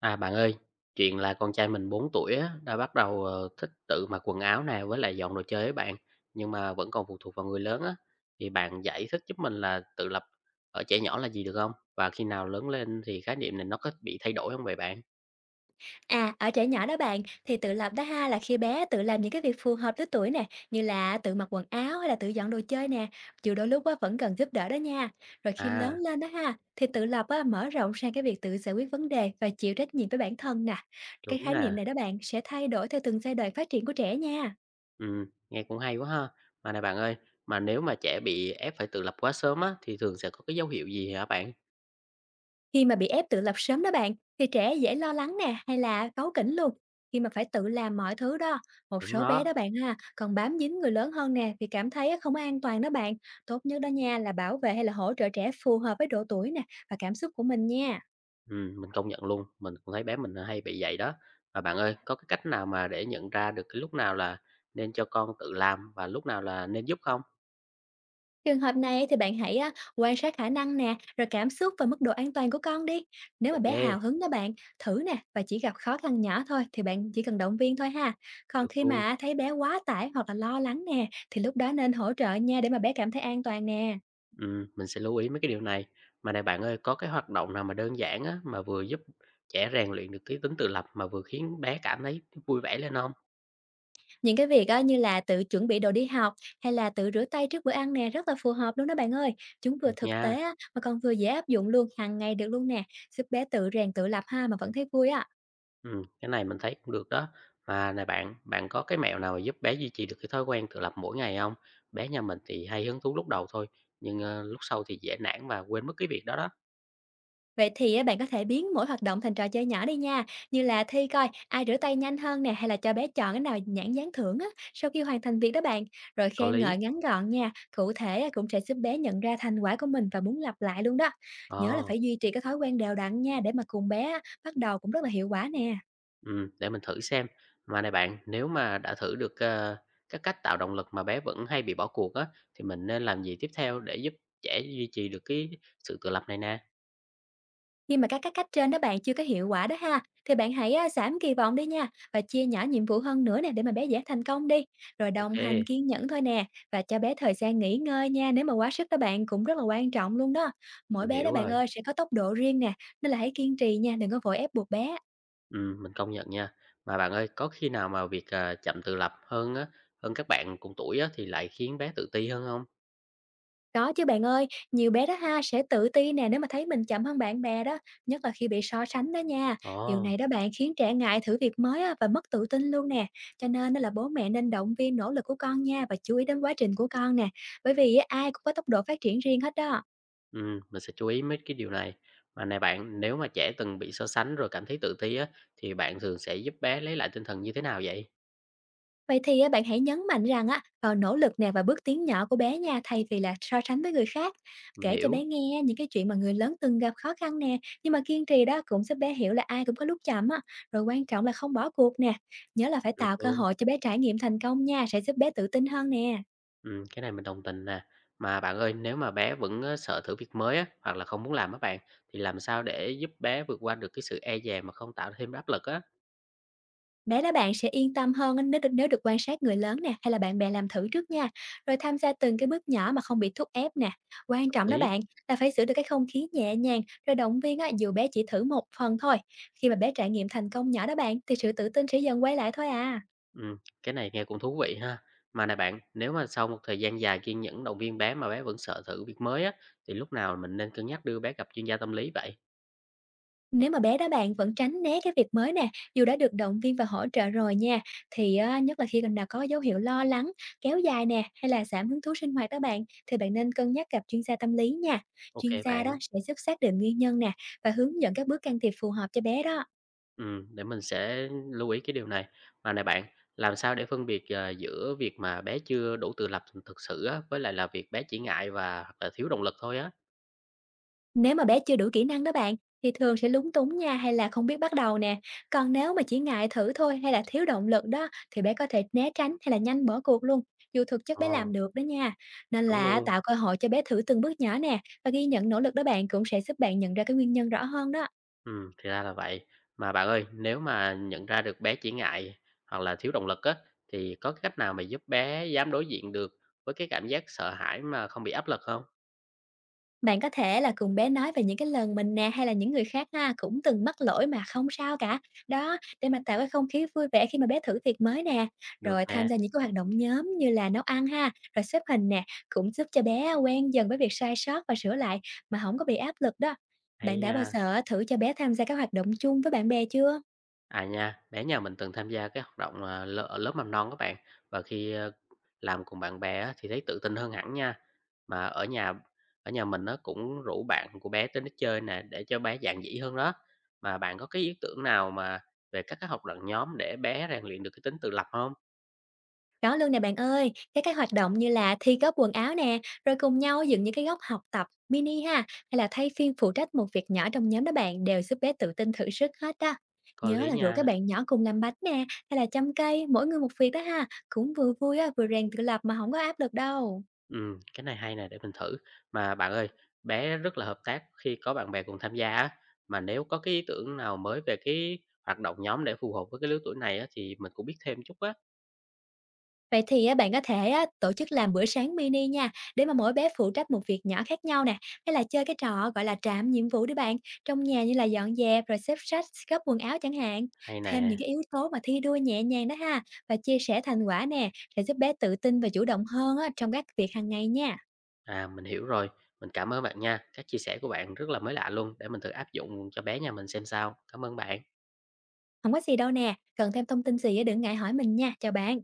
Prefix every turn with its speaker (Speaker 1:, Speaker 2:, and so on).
Speaker 1: À, bạn ơi, chuyện là con trai mình 4 tuổi á, đã bắt đầu, thích tự mặc quần áo nè, với lại dọn đồ chơi ấy bạn, nhưng mà vẫn còn phụ thuộc vào người lớn á. Thì bạn giải thích giúp mình là tự lập ở trẻ nhỏ là gì được không? Và khi nào lớn lên thì khái niệm này nó có bị thay đổi không vậy bạn?
Speaker 2: À, ở trẻ nhỏ đó bạn, thì tự lập đó ha là khi bé tự làm những cái việc phù hợp với tuổi nè, như là tự mặc quần áo hay là tự dọn đồ chơi nè, dù đôi lúc á, vẫn cần giúp đỡ đó nha. Rồi khi lớn
Speaker 1: À,
Speaker 2: lên đó ha, thì tự lập á, mở rộng sang cái việc tự giải quyết vấn đề và chịu trách nhiệm với bản thân nè. Cái
Speaker 1: đúng
Speaker 2: khái niệm
Speaker 1: nè.
Speaker 2: này đó bạn sẽ thay đổi theo từng giai đoạn phát triển của trẻ nha.
Speaker 1: Ừm, nghe cũng hay quá ha. Mà này bạn ơi, mà nếu mà trẻ bị ép phải tự lập quá sớm á, thì thường sẽ có cái dấu hiệu gì hả bạn?
Speaker 2: Khi mà bị ép tự lập sớm đó bạn, thì trẻ dễ lo lắng nè hay là cáu kỉnh luôn. Khi mà phải tự làm mọi thứ đó, một
Speaker 1: Đúng
Speaker 2: số bé
Speaker 1: đó.
Speaker 2: đó bạn ha, còn bám dính người lớn hơn nè vì cảm thấy không an toàn đó bạn. Tốt nhất đó nha là bảo vệ hay là hỗ trợ trẻ phù hợp với độ tuổi nè và cảm xúc của mình nha.
Speaker 1: Mình công nhận luôn, mình cũng thấy bé mình hay bị vậy đó. Và bạn ơi, có cái cách nào mà để nhận ra được cái lúc nào là nên cho con tự làm và lúc nào là nên giúp không?
Speaker 2: Trường hợp này thì bạn hãy á, quan sát khả năng nè, rồi cảm xúc và mức độ an toàn của con đi. Nếu mà
Speaker 1: Ok,
Speaker 2: bé hào hứng đó bạn, thử nè và chỉ gặp khó khăn nhỏ thôi, thì bạn chỉ cần động viên thôi ha. Còn
Speaker 1: được
Speaker 2: khi
Speaker 1: luôn.
Speaker 2: mà thấy bé quá tải hoặc là lo lắng nè, thì lúc đó nên hỗ trợ nha, để mà bé cảm thấy an toàn nè.
Speaker 1: Mình sẽ lưu ý mấy cái điều này. Mà này bạn ơi, có cái hoạt động nào mà đơn giản á, mà vừa giúp trẻ rèn luyện được cái tính tự lập mà vừa khiến bé cảm thấy vui vẻ lên không?
Speaker 2: Những cái việc á, như là tự chuẩn bị đồ đi học hay là tự rửa tay trước bữa ăn nè, rất là phù hợp luôn đó bạn ơi. Chúng vừa
Speaker 1: Được
Speaker 2: thực
Speaker 1: nha.
Speaker 2: tế á, mà còn vừa dễ áp dụng luôn hàng ngày được luôn nè, giúp bé tự rèn tự lập ha mà vẫn thấy vui á.
Speaker 1: Cái này mình thấy cũng được đó. Mà này bạn, bạn có cái mẹo nào giúp bé duy trì được cái thói quen tự lập mỗi ngày không? Bé nhà mình thì hay hứng thú lúc đầu thôi, nhưng, lúc sau thì dễ nản và quên mất cái việc đó đó.
Speaker 2: Vậy thì á, bạn có thể biến mỗi hoạt động thành trò chơi nhỏ đi nha, như là thi coi ai rửa tay nhanh hơn nè, hay là cho bé chọn cái nào nhãn dán thưởng á, sau khi hoàn thành việc đó bạn. Rồi
Speaker 1: Có
Speaker 2: khen ngợi
Speaker 1: lý.
Speaker 2: ngắn gọn nha, cụ thể á, cũng sẽ giúp bé nhận ra thành quả của mình và muốn lặp lại luôn đó. Nhớ là
Speaker 1: Ờ,
Speaker 2: phải duy trì cái thói quen đều đặn nha, để mà cùng bé á, bắt đầu cũng rất là hiệu quả nè.
Speaker 1: để mình thử xem. Mà này bạn, nếu mà đã thử được, các cách tạo động lực mà bé vẫn hay bị bỏ cuộc á, thì mình nên làm gì tiếp theo để giúp trẻ duy trì được cái sự tự lập này nè?
Speaker 2: Khi mà các cái cách trên đó bạn chưa có hiệu quả đó ha, thì bạn hãy á, giảm kỳ vọng đi nha và chia nhỏ nhiệm vụ hơn nữa nè, để mà bé dễ thành công đi. Rồi
Speaker 1: Ok,
Speaker 2: đồng hành kiên nhẫn thôi nè và cho bé thời gian nghỉ ngơi nha. Nếu mà quá sức đó bạn, cũng rất là quan trọng luôn đó. Mỗi
Speaker 1: mình
Speaker 2: bé đó
Speaker 1: hiểu
Speaker 2: bạn
Speaker 1: rồi.
Speaker 2: ơi sẽ có tốc độ riêng nè, nên là hãy kiên trì nha, đừng có vội ép buộc bé.
Speaker 1: Mình công nhận nha. Mà bạn ơi, có khi nào mà việc, chậm tự lập hơn á, hơn các bạn cùng tuổi á, thì lại khiến bé tự ti hơn không?
Speaker 2: Có chứ bạn ơi, nhiều bé đó ha sẽ tự ti nè nếu mà thấy mình chậm hơn bạn bè đó, nhất là khi bị so sánh đó nha. Điều
Speaker 1: Ồ,
Speaker 2: này đó bạn khiến trẻ ngại thử việc mới á, và mất tự tin luôn nè. Cho nên đó là bố mẹ nên động viên nỗ lực của con nha và chú ý đến quá trình của con nè. Bởi vì á, ai cũng có tốc độ phát triển riêng hết đó.
Speaker 1: mình sẽ chú ý mấy cái điều này. Mà này bạn, nếu mà trẻ từng bị so sánh rồi cảm thấy tự ti á, thì bạn thường sẽ giúp bé lấy lại tinh thần như thế nào vậy?
Speaker 2: Vậy thì á, bạn hãy nhấn mạnh rằng á, vào nỗ lực nè và bước tiến nhỏ của bé nha, thay vì là so sánh với người khác.
Speaker 1: Mình
Speaker 2: Kể cho
Speaker 1: hiểu,
Speaker 2: bé nghe những cái chuyện mà người lớn từng gặp khó khăn nè, nhưng mà kiên trì đó, cũng giúp bé hiểu là ai cũng có lúc chậm á. Rồi quan trọng là không bỏ cuộc nè. Nhớ là phải
Speaker 1: được
Speaker 2: tạo cơ
Speaker 1: luôn.
Speaker 2: hội cho bé trải nghiệm thành công nha, sẽ giúp bé tự tin hơn nè.
Speaker 1: Cái này mình đồng tình nè. Mà bạn ơi, nếu mà bé vẫn á, sợ thử việc mới á, hoặc là không muốn làm á bạn, thì làm sao để giúp bé vượt qua được cái sự e dè mà không tạo thêm áp lực á?
Speaker 2: Bé đó bạn sẽ yên tâm hơn á, nếu được quan sát người lớn nè, hay là bạn bè làm thử trước nha, rồi tham gia từng cái bước nhỏ mà không bị thúc ép nè. Quan
Speaker 1: Hợp
Speaker 2: trọng đó
Speaker 1: lý.
Speaker 2: bạn là phải giữ được cái không khí nhẹ nhàng, rồi động viên á, dù bé chỉ thử một phần thôi. Khi mà bé trải nghiệm thành công nhỏ đó bạn, thì sự tự tin sẽ dần quay lại thôi à.
Speaker 1: Ừm, cái này nghe cũng thú vị ha. Mà này bạn, nếu mà sau một thời gian dài kiên nhẫn động viên bé mà bé vẫn sợ thử việc mới á, thì lúc nào mình nên cân nhắc đưa bé gặp chuyên gia tâm lý vậy?
Speaker 2: Nếu mà bé đó bạn vẫn tránh né cái việc mới nè, dù đã được động viên và hỗ trợ rồi nha, thì á, nhất là khi còn nào có dấu hiệu lo lắng, kéo dài nè, hay là giảm hứng thú sinh hoạt đó bạn, thì bạn nên cân nhắc gặp chuyên gia tâm lý nha.
Speaker 1: Ok
Speaker 2: Chuyên gia
Speaker 1: bạn,
Speaker 2: đó sẽ giúp xác định nguyên nhân nè và hướng dẫn các bước can thiệp phù hợp cho bé đó.
Speaker 1: để mình sẽ lưu ý cái điều này. Mà này bạn, làm sao để phân biệt giữa việc mà bé chưa đủ tự lập thực sự á, với lại là việc bé chỉ ngại và hoặc là thiếu động lực thôi á?
Speaker 2: Nếu mà bé chưa đủ kỹ năng đó bạn, thì thường sẽ lúng túng nha hay là không biết bắt đầu nè. Còn nếu mà chỉ ngại thử thôi hay là thiếu động lực đó, thì bé có thể né tránh hay là nhanh bỏ cuộc luôn, dù thực chất bé làm
Speaker 1: Ồ,
Speaker 2: được đó nha. Nên
Speaker 1: đúng
Speaker 2: là
Speaker 1: luôn.
Speaker 2: tạo cơ hội cho bé thử từng bước nhỏ nè, và ghi nhận nỗ lực đó bạn, cũng sẽ giúp bạn nhận ra cái nguyên nhân rõ hơn đó.
Speaker 1: Thì ra là vậy. Mà bạn ơi, nếu mà nhận ra được bé chỉ ngại hoặc là thiếu động lực á, thì có cái cách nào mà giúp bé dám đối diện được với cái cảm giác sợ hãi mà không bị áp lực không?
Speaker 2: Bạn có thể là cùng bé nói về những cái lần mình nè hay là những người khác ha, cũng từng mắc lỗi mà không sao cả. Đó, để mà tạo cái không khí vui vẻ khi mà bé thử việc mới nè.
Speaker 1: Được
Speaker 2: Rồi tham
Speaker 1: nè,
Speaker 2: gia những cái hoạt động nhóm như là nấu ăn ha, rồi xếp hình nè, cũng giúp cho bé quen dần với việc sai sót và sửa lại mà không có bị áp lực đó. Bạn
Speaker 1: hay
Speaker 2: đã bao
Speaker 1: nha.
Speaker 2: giờ thử cho bé tham gia các hoạt động chung với bạn bè chưa?
Speaker 1: À nha, bé nhà mình từng tham gia cái hoạt động ở lớp mầm non các bạn và khi làm cùng bạn bè á, thì thấy tự tin hơn hẳn nha. Mà ở nhà mình nó cũng rủ bạn của bé tới nó chơi nè để cho bé dạn dĩ hơn đó. Mà bạn có cái ý tưởng nào mà về các cái hoạt động nhóm để bé rèn luyện được cái tính tự lập không?
Speaker 2: Có luôn nè bạn ơi, các cái hoạt động như là thi gấp quần áo nè, rồi cùng nhau dựng những cái góc học tập mini ha, hay là thay phiên phụ trách một việc nhỏ trong nhóm đó bạn, đều giúp bé tự tin thử sức hết á.
Speaker 1: Có
Speaker 2: Nhớ
Speaker 1: lý
Speaker 2: là rủ các
Speaker 1: nha.
Speaker 2: bạn nhỏ cùng làm bánh nè, hay là chăm cây, mỗi người một việc đó ha, cũng vừa vui á, vừa rèn tự lập mà không có áp lực đâu.
Speaker 1: Cái này hay nè, để mình thử. Mà bạn ơi, bé rất là hợp tác khi có bạn bè cùng tham gia á, mà nếu có cái ý tưởng nào mới về cái hoạt động nhóm để phù hợp với cái lứa tuổi này á, thì mình cũng biết thêm chút á.
Speaker 2: Vậy thì á, bạn có thể á, tổ chức làm bữa sáng mini nha, để mà mỗi bé phụ trách một việc nhỏ khác nhau nè, hay là chơi cái trò gọi là trạm nhiệm vụ đi bạn, trong nhà như là dọn dẹp rồi xếp sách, gấp quần áo chẳng hạn.
Speaker 1: Hay
Speaker 2: Thêm những
Speaker 1: nè.
Speaker 2: cái yếu tố mà thi đua nhẹ nhàng đó ha, và chia sẻ thành quả nè, sẽ giúp bé tự tin và chủ động hơn á, trong các việc hàng ngày nha.
Speaker 1: À, mình hiểu rồi. Mình cảm ơn bạn nha. Các chia sẻ của bạn rất là mới lạ luôn, để mình thử áp dụng cho bé nhà mình xem sao. Cảm ơn bạn.
Speaker 2: Không có gì đâu nè, cần thêm thông tin gì á, đừng ngại hỏi mình nha, chào bạn.